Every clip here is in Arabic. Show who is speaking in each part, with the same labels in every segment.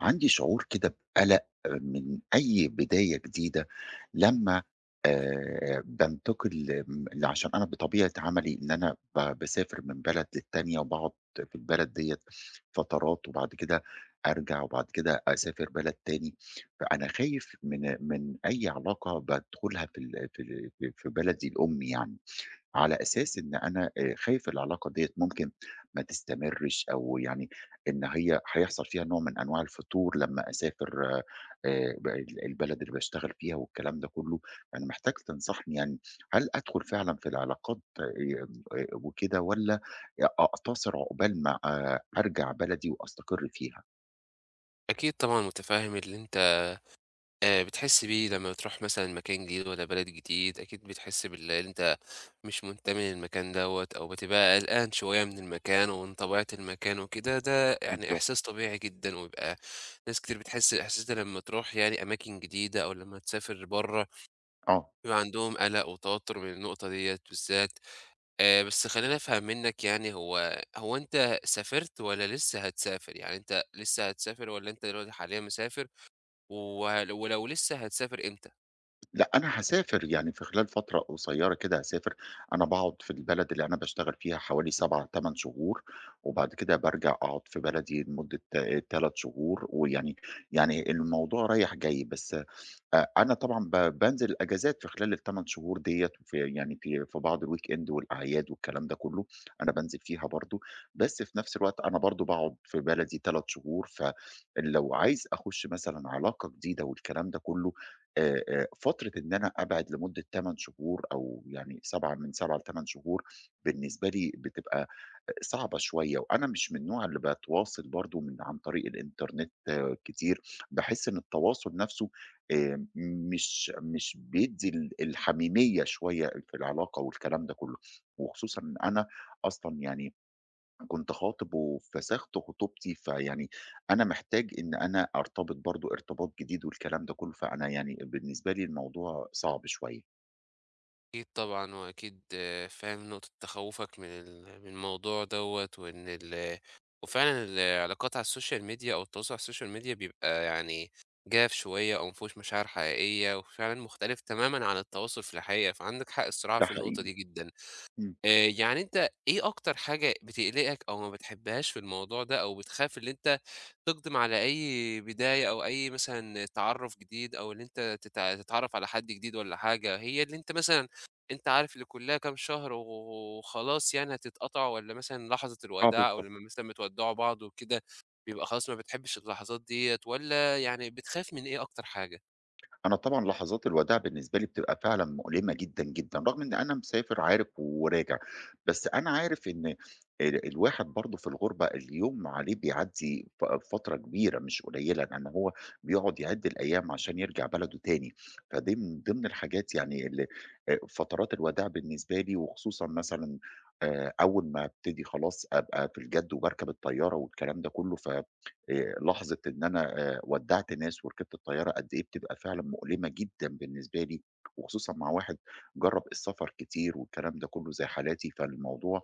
Speaker 1: عندي شعور كده بقلق من أي بداية جديدة لمّا بانتقل عشان أنا بطبيعة عملي إن أنا باسافر من بلد للتانية وباقعد في البلد ديّة فترات وبعد كده أرجع وبعد كده أسافر بلد تاني. فأنا خايف من أي علاقة بادخلها في ال في ال في في بلدي الأم يعني. على أساس إن أنا خايف العلاقة ديّة ممكن ما تستمرش أو يعني إن هي هيحصل فيها نوع من أنواع الفتور لمّا أسافر ب ال البلد اللي باشتغل فيها والكلام ده كُلّه. أنا محتاج تنصحني يعني هل أدخل فعلًا في العلاقات وكده والّا أقتصر عقبال ما أرجع بلدي وأستقر فيها؟
Speaker 2: أكيد طبعًا متفهم اللي أنت بتحس بيه لمّا بتروح مثلًا مكان جديد والّا بلد جديد، أكيد بتحس اللي أنت مش منتمي للمكان دوّة، أو بتبقى قلقان شوية من المكان ومن طبيعة المكان وكده. ده يعني
Speaker 1: بالضبط.
Speaker 2: إحساس طبيعي جدًا، ويبقى ناس كتير بتحس الإحساس ده لمّا تروح يعني أماكن جديدة أو لمّا تسافر برّه،
Speaker 1: آه.
Speaker 2: بيبقى عندهم قلق وتوتر من النقطة ديّة بالذات. بس خلّيني أفهم منك، يعني هو أنت سافرت والّا لسه هتسافر؟ يعني أنت لسه هتسافر والّا أنت دلوقتي حاليًا مسافر؟ وهل، ولو لسه هتسافر، إمتى؟
Speaker 1: لأ، أنا هاسافر، يعني في خلال فترة قصيّرة كده هاسافر. أنا باقعد في البلد اللي أنا باشتغل فيها حوالي 7، 8 شهور، وبعد كده بارجع أقعد في بلدي لمدة 3 شهور. ويعني الموضوع رايح جاي. بس أنا طبعًا بانزل الأجازات في خلال ال8 شهور ديّة، في يعني في في بعض الweekend والأعياد والكلام ده كلّه. أنا بانزل فيها برضه. بس في نفس الوقت أنا برضه باقعد في بلدي 3 شهور. فلو عايز أخُش مثلًا علاقة جديدة والكلام ده كلّه، فترة إن أنا أبعد لمدة 8 شهور أو يعني 7 من 7 ل8 شهور، بالنسبة لي بتبقى صعبة شوية. وأنا مش من النوع اللي باتواصل برضه عن طريق الإنترنت، آه، كتير. باحس إن التواصل نفسه آآ مش بيدّي الحميمية شوية في العلاقة والكلام ده كله. وخصوصًا إن أنا أصلًا يعني كنت خاطب وفسخت خطوبتي. فيعني أنا محتاج إن أنا أرتبط برضه ارتباط جديد والكلام ده كله. فأنا يعني بالنسبة لي الموضوع صعب شوية.
Speaker 2: أكيد طبعًا، وأكيد آه، فاهم نقطة تخوّفك من من الموضوع دوّة، وإن وفعلًا العلاقات على السوشيال ميديا أو التواصل على السوشيال ميديا بيبقى يعني جاف شوية، أو ما فيهوش مشاعر حقيقية، وفعلًا مختلف تمامًا عن التواصل في الحقيقة، فعندك حق الصراحة
Speaker 1: ده
Speaker 2: في النقطة
Speaker 1: حقيقي.
Speaker 2: دي جدًا.
Speaker 1: إمم.
Speaker 2: يعني أنت إيه أكتر حاجة بتقلقك أو ما بتحبهاش في الموضوع ده؟ أو بتخاف اللي أنت تقدم على أي بداية أو أي مثلًا تعرُّف جديد، أو اللي أنت تتعرّف على حد جديد والّا حاجة، هي اللي أنت مثلًا أنت عارف اللي كُلّها كام شهر وخلاص، يعني هتتقطعوا، والّا مثلًا لحظة
Speaker 1: آه،
Speaker 2: الوداع أو
Speaker 1: بالضبط.
Speaker 2: لمّا مثلًا بتودّعوا بعض وكده، بيبقى خلاص ما بتحبش اللحظات ديّة، والّا يعني بتخاف من إيه أكتر حاجة؟
Speaker 1: أنا طبعًا لحظات الوداع بالنسبة لي بتبقى فعلًا مؤلمة جدًا، جدًا، رغم إن أنا مسافر عارف وراجع. بس أنا عارف إن الواحد برضه في الغُربة اليوم عليه بيعدّي فترة كبيرة مش قليلة، لإن هو بيقعد يعِد الأيام عشان يرجع بلده تاني. فدي من ضمن الحاجات يعني ال فترات الوداع بالنسبة لي. وخصوصًا مثلًا أول ما أبتدي خلاص أبقى في الجَد وباركب الطيارة والكلام ده كُلّه. ف لحظة إن أنا ودّعت ناس وركبت الطيارة قد إيه بتبقى فعلًا مؤلمة جدًا بالنسبة لي. وخصوصًا مع واحد جرّب السفر كتير والكلام ده كلّه زي حالاتي. فالموضوع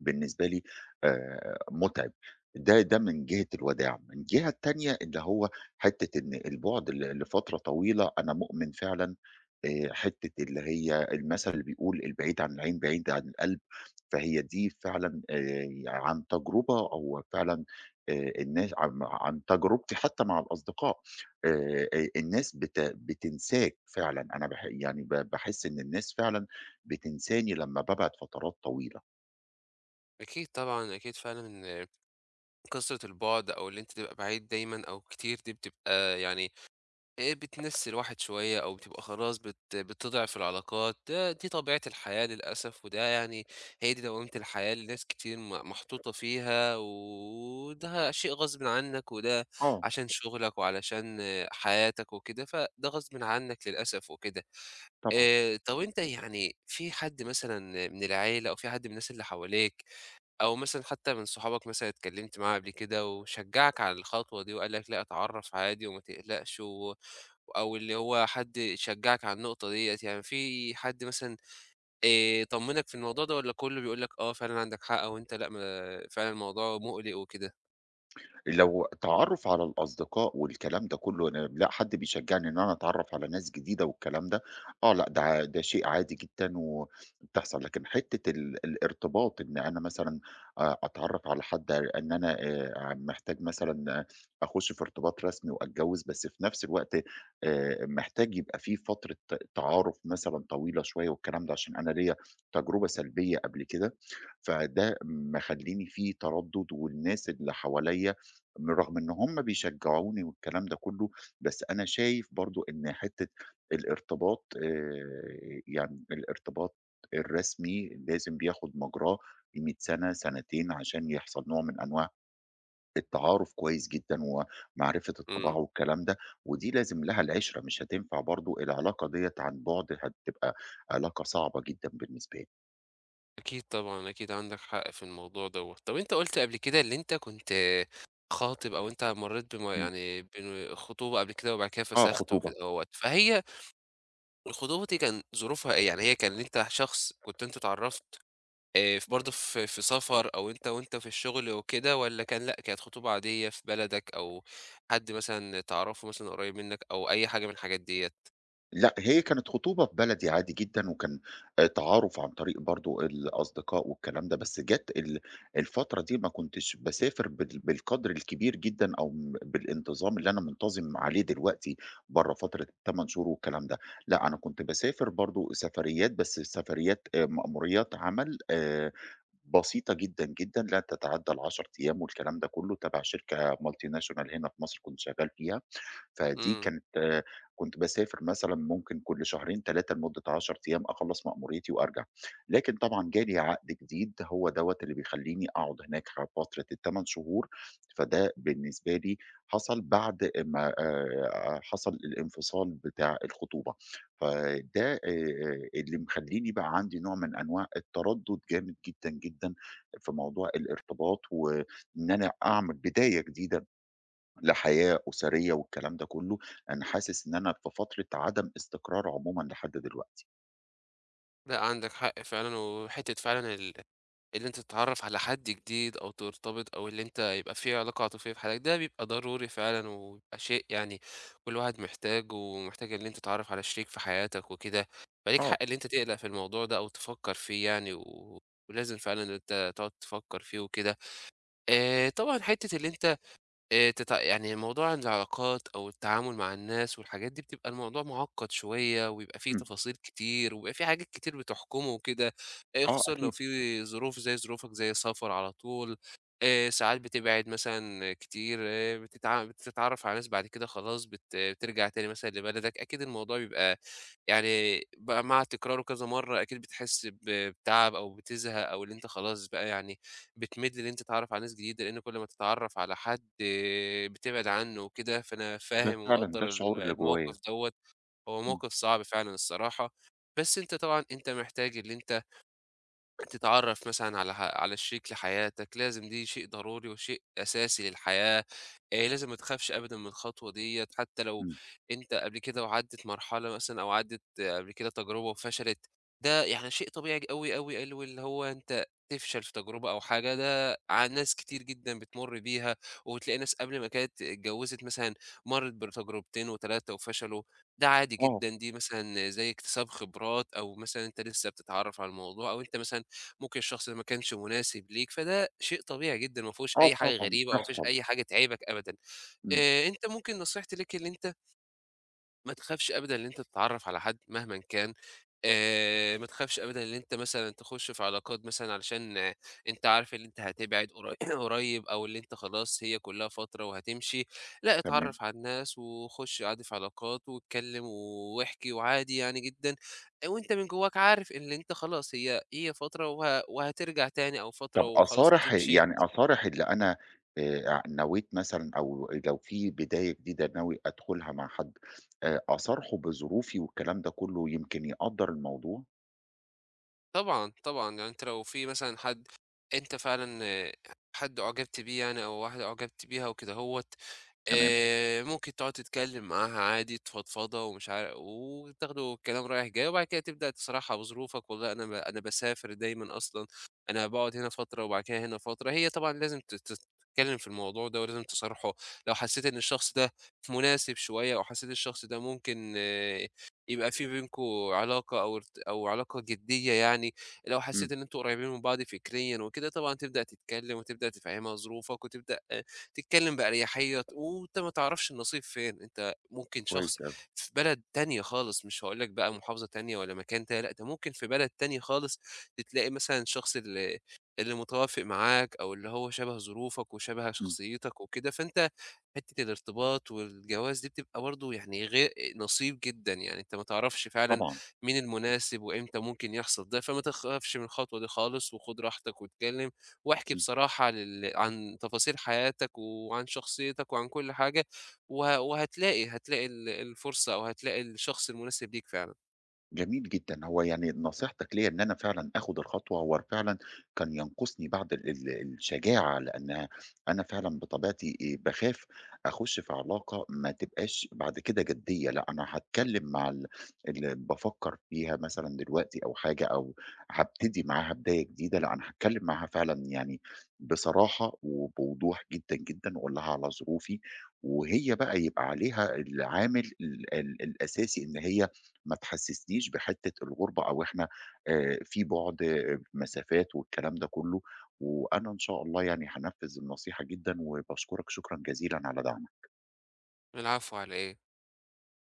Speaker 1: بالنسبة لي مُتعِب. ده من جهة الوداع. من الجهة التانية اللي هو حتّة إن البُعد لفترة طويلة أنا مؤمن فعلًا. حتّة اللي هي المثل اللي بيقول: "البعيد عن العين بعيد عن القلب." فهي دي فعلًا عن تجربة أو فعلًا الناس عن تجربتي حتّى مع الأصدقاء. الناس بتنساك فعلًا. أنا باح يعني ب باحس إن الناس فعلًا بتنساني لمّا بابعد فترات طويلة.
Speaker 2: أكيد طبعًا، أكيد فعلًا كثرة البعد أو اللي أنت تبقى بعيد دايمًا أو كتير دي بتبقى يعني بتنسّي الواحد شوية، أو بتبقى خلاص بتضعف العلاقات. دي طبيعة الحياة للأسف، وده يعني هي دي دوامة الحياة اللي ناس كتير محطوطة فيها، وده شيء غصبٍ عنّك، وده
Speaker 1: آه.
Speaker 2: عشان شغلك وعلشان حياتك وكده، فده غصبٍ عنّك للأسف وكده.
Speaker 1: طبعًا.
Speaker 2: طَب أنت، يعني في حد مثلًا من العيلة أو في حد من الناس اللي حواليك، أو مثلًا حتى من صحابك مثلًا اتكلمت معاه قبل كده وشجعك على الخطوة دي وقال لك: لأ، اتعرّف عادي وما تقلقش، أو اللي هو حد شجعك على النقطة ديّة؟ يعني في حد مثلًا طمّنك في الموضوع ده، والّا كُلّه بيقول لك آه فعلًا عندك حق، وأنت لأ، ما فعلًا الموضوع مُقلق وكده؟
Speaker 1: لو تعرّف على الأصدقاء والكلام ده كُلّه، أنا لأ حد بيشجّعني إن أنا أتعرّف على ناس جديدة والكلام ده. آه لأ ده شيء عادي جدًا وبتحصل. لكن حتّة الارتباط إن أنا مثلًا أتعرّف على حد إن أنا محتاج مثلًا، آه، أخُش في ارتباط رسمي وأتجوّز. بس في نفس الوقت محتاج يبقى في فترة تعارُف مثلًا طويلة شوية والكلام ده، عشان أنا ليّا تجربة سلبية قبل كده. فده مخلّيني في تردُّد. والناس اللي حواليّا من رغم إن هم بيشجعوني والكلام ده كله، بس أنا شايف برضه إن حتّة الارتباط الارتباط الرسمي لازم بياخُد مجراه قيمة سَنة، سَنتين عشان يحصل نوع من أنواع التعارُف كويس جدًا ومعرفة الطباع
Speaker 2: إمم.
Speaker 1: والكلام ده. ودي لازم لها العِشرة. مش هتنفع برضه العلاقة ديّة عن بُعد، هتبقى علاقة صعبة جدًا بالنسبة لي.
Speaker 2: أكيد طبعًا، أكيد عندك حق في الموضوع دوّة. طَب أنت قُلت قبل كده اللي أنت كنت خاطب، أو أنت مرّيت
Speaker 1: إمم.
Speaker 2: يعني خطوبة قبل كده، وبعد كده
Speaker 1: آه،
Speaker 2: فسخت
Speaker 1: خطوبة.
Speaker 2: وكده أهوّة. فهي الخطوبة دي كان ظروفها إيه؟ يعني هي كان أنت شخص، كنت أنتم اتعرّفتوا برضه في سفر، أو أنت في الشغل وكده، والّا كان لأ، كانت خطوبة عادية في بلدك، أو حد مثلًا تعرفه مثلًا قريب منك، أو أي حاجة من الحاجات ديّة؟
Speaker 1: لأ، هي كانت خطوبة في بلدي عادي جدًا. وكان تعارُف عن طريق برضه الأصدقاء والكلام ده. بس جات الفترة دي ما كنتش باسافر بالقدر الكبير جدًا أو بالانتظام اللي أنا منتظم عليه دلوقتي برّه فترة ال8 شهور والكلام ده. لأ، أنا كنت باسافر برضه سفريات. بس سفريات مأموريات عمل بسيطة جدًا، جدًا، لا تتعدى ال10 أيام والكلام ده كُلّه تبع شركة multinational هنا في مصر كنت شغّال فيها. فدي
Speaker 2: إمم،
Speaker 1: كانت، آه، كنت باسافر مثلًا ممكن كل شهرين 3 لمدة 10 أيام أخلّص مأموريتي وأرجع. لكن طبعًا جالي عقد جديد هو دوّة اللي بيخلّيني أقعد هناك فترة ال8 شهور. فده بالنسبة لي حصل بعد ما حصل الانفصال بتاع الخطوبة. فده اللي مخلّيني بقى عندي نوع من أنواع التردد جامد جدًا، جدًا في موضوع الارتباط. وإن أنا أعمل بداية جديدة لحياة أسرية والكلام ده كله. أنا حاسس إن أنا في فترة عدم استقرار عمومًا لحد دلوقتي.
Speaker 2: لأ عندك حق فعلًا، وحتّة فعلًا اللي أنت تتعرّف على حد جديد، أو ترتبط، أو اللي أنت يبقى في علاقة عاطفية في حياتك، ده بيبقى ضروري فعلًا، وبيبقى شيء يعني كل واحد محتاجه، ومحتاج إن أنت تتعرّف على شريك في حياتك وكده. فليك
Speaker 1: آه.
Speaker 2: حق إن أنت تقلق في الموضوع ده أو تفكّر فيه، يعني ولازم فعلًا إن أنت تقعد تفكّر فيه وكده. طبعًا حتّة اللي أنت يعني موضوع العلاقات أو التعامل مع الناس والحاجات دي، بتبقى الموضوع معقّد شوية، وبيبقى فيه
Speaker 1: إمم.
Speaker 2: تفاصيل كتير، وبيبقى فيه حاجات كتير بتحكمه وكده.
Speaker 1: آه،
Speaker 2: خصوصًا لو
Speaker 1: أكيد.
Speaker 2: في ظروف زي ظروفك، زي السفر على طول. ساعات بتبعد مثلًا كتير، إيه، بتتعرّف على ناس بعد كده خلاص بترجع تاني مثلًا لبلدك، أكيد الموضوع بيبقى يعني بقى مع تكراره كذا مرّة. أكيد بتحس بتعب أو بتزهق، أو اللي أنت خلاص بقى يعني بتمِد إن أنت تتعرّف على ناس جديدة، لإن كل ما تتعرّف على حد بتبعد عنّه وكده، فأنا
Speaker 1: ده
Speaker 2: فاهم
Speaker 1: فعلًا ده
Speaker 2: ومقدّر
Speaker 1: الشعور اللي جوايا.
Speaker 2: الموقف دوّة. هو
Speaker 1: إمم.
Speaker 2: موقف صعب فعلًا الصراحة، بس أنت طبعًا أنت محتاج اللي أنت تتعرّف مثلًا على على شريك لحياتك، لازم دي شيء ضروري وشيء أساسي للحياة. لازم ما تخافش أبدًا من الخطوة ديّة، حتى لو
Speaker 1: إمم.
Speaker 2: أنت قبل كده وعدِّت مرحلة مثلًا، أو عدِّت قبل كده تجربة وفشلت، ده يعني شيء طبيعي أوي، أوي، أوي. اللي هو أنت تفشل في تجربة أو حاجة، ده ناس كتير جدًا بتمُر بيها، وبتلاقي ناس قبل ما كانت اتجوّزت مثلًا مرّت بتجربتين و3 وفشلوا. ده عادي
Speaker 1: آه.
Speaker 2: جدًا، دي مثلًا زي اكتساب خبرات، أو مثلًا أنت لسه بتتعرّف على الموضوع، أو أنت مثلًا ممكن الشخص ده ما كانش مناسب ليك، فده شيء طبيعي جدًا، ما فيهوش
Speaker 1: آه،
Speaker 2: أي حاجة
Speaker 1: طبعًا
Speaker 2: غريبة، أو ما فيش
Speaker 1: بتحصل.
Speaker 2: أي حاجة تعيبك أبدًا.
Speaker 1: إمم.
Speaker 2: أنت ممكن نصيحتي ليك اللي أنت ما تخافش أبدًا إن أنت تتعرّف على حد مهمًا كان. ما تخافش أبدًا إن أنت مثلًا تخش في علاقات مثلًا علشان أنت عارف إن أنت هتبعد قريب، أو اللي أنت خلاص هي كلّها فترة وهتمشي. لأ،
Speaker 1: تمام.
Speaker 2: اتعرّف على الناس، وخش عادي في علاقات، واتكلّم، واحكي، وعادي يعني جدًا، وأنت من جواك عارف إن أنت خلاص هي فترة وهترجع تاني، أو فترة
Speaker 1: طب
Speaker 2: وخلاص
Speaker 1: أصارح
Speaker 2: هتمشي.
Speaker 1: يعني أصارح اللي أنا نويت مثلًا، أو لو في بداية جديدة ناوي أدخلها مع حد، أصارحه بظروفي والكلام ده كله يمكن يقدّر الموضوع؟
Speaker 2: طبعًا، طبعًا، يعني أنت لو في مثلًا حد أنت فعلًا حد أُعجبت بيه، يعني، أو واحدة أُعجبت بيها وكدهوّة،
Speaker 1: تمام.
Speaker 2: ممكن تقعد تتكلّم معاها عادي، تفضفضة ومش عار، وتاخدوا الكلام رايح جاي، وبعد كده تبدأ تشرحها بظروفك: والله أنا أنا باسافر دايمًا أصلًا، أنا باقعد هنا فترة وبعد كده هنا فترة. هي طبعًا لازم ت ت تتكلّم في الموضوع ده، ولازم تصارحه. لو حسّيت إن الشخص ده مناسب شوية، أو حسّيت الشخص ده ممكن يبقى في بينكم علاقة، أو ارت أو علاقة جدية يعني، لو
Speaker 1: إمم.
Speaker 2: حسيت إن أنتم قريبين من بعض فكريًا وكده، طبعًا تبدأ تتكلم، وتبدأ تفهمها ظروفك، وتبدأ تتكلم بأريحية. وأنت ما تعرفش النصيب فين، أنت ممكن
Speaker 1: كويس
Speaker 2: شخص
Speaker 1: أوي.
Speaker 2: في بلد تانية خالص، مش هاقول لك بقى محافظة تانية والّا مكان تاني، لأ، ده ممكن في بلد تاني خالص تلاقي مثلًا الشخص اللي متوافق معاك، أو اللي هو شبه ظروفك وشبه
Speaker 1: إمم.
Speaker 2: شخصيتك وكده، فأنت حتة الارتباط والجواز دي بتبقى برضه يعني غير نصيب جدًا، يعني أنت ما تعرفش فعلًا
Speaker 1: طبعًا. إمم.
Speaker 2: مين
Speaker 1: إمم.
Speaker 2: المناسب وإمتى ممكن يحصل ده، فما تخافش من الخطوة دي خالص، وخُد راحتك، واتكلم، واحكي بصراحة عن تفاصيل حياتك، وعن شخصيتك، وعن كل حاجة، وهتلاقي الفرصة، أو هتلاقي الشخص المناسب ليك فعلًا.
Speaker 1: جميل جدًا. هو يعني نصيحتك ليّا إن أنا فعلًا آخُد الخطوة. هو فعلًا كان ينقصني بعض ال الشجاعة، لإن أنا فعلًا بطبيعتي باخاف أخُش في علاقة ما تبقاش بعد كده جدية. لأ أنا هاتكلّم مع اللي بافكّر فيها مثلًا دلوقتي أو حاجة أو هابتدي معاها بداية جديدة. لأ أنا هاتكلّم معاها فعلًا يعني بصراحة وبوضوح جدًا، جدًا وأقول لها على ظروفي. وهي بقى يبقى عليها العامل ال الأساسي إن هي ما تحسسنيش بحتة الغربة أو إحنا في بُعد، آه، مسافات والكلام ده كله. وأنا إن شاء الله يعني هانفذ النصيحة جدًا. وباشكرك شكرًا جزيلًا على دعمك.
Speaker 2: العفو على إيه؟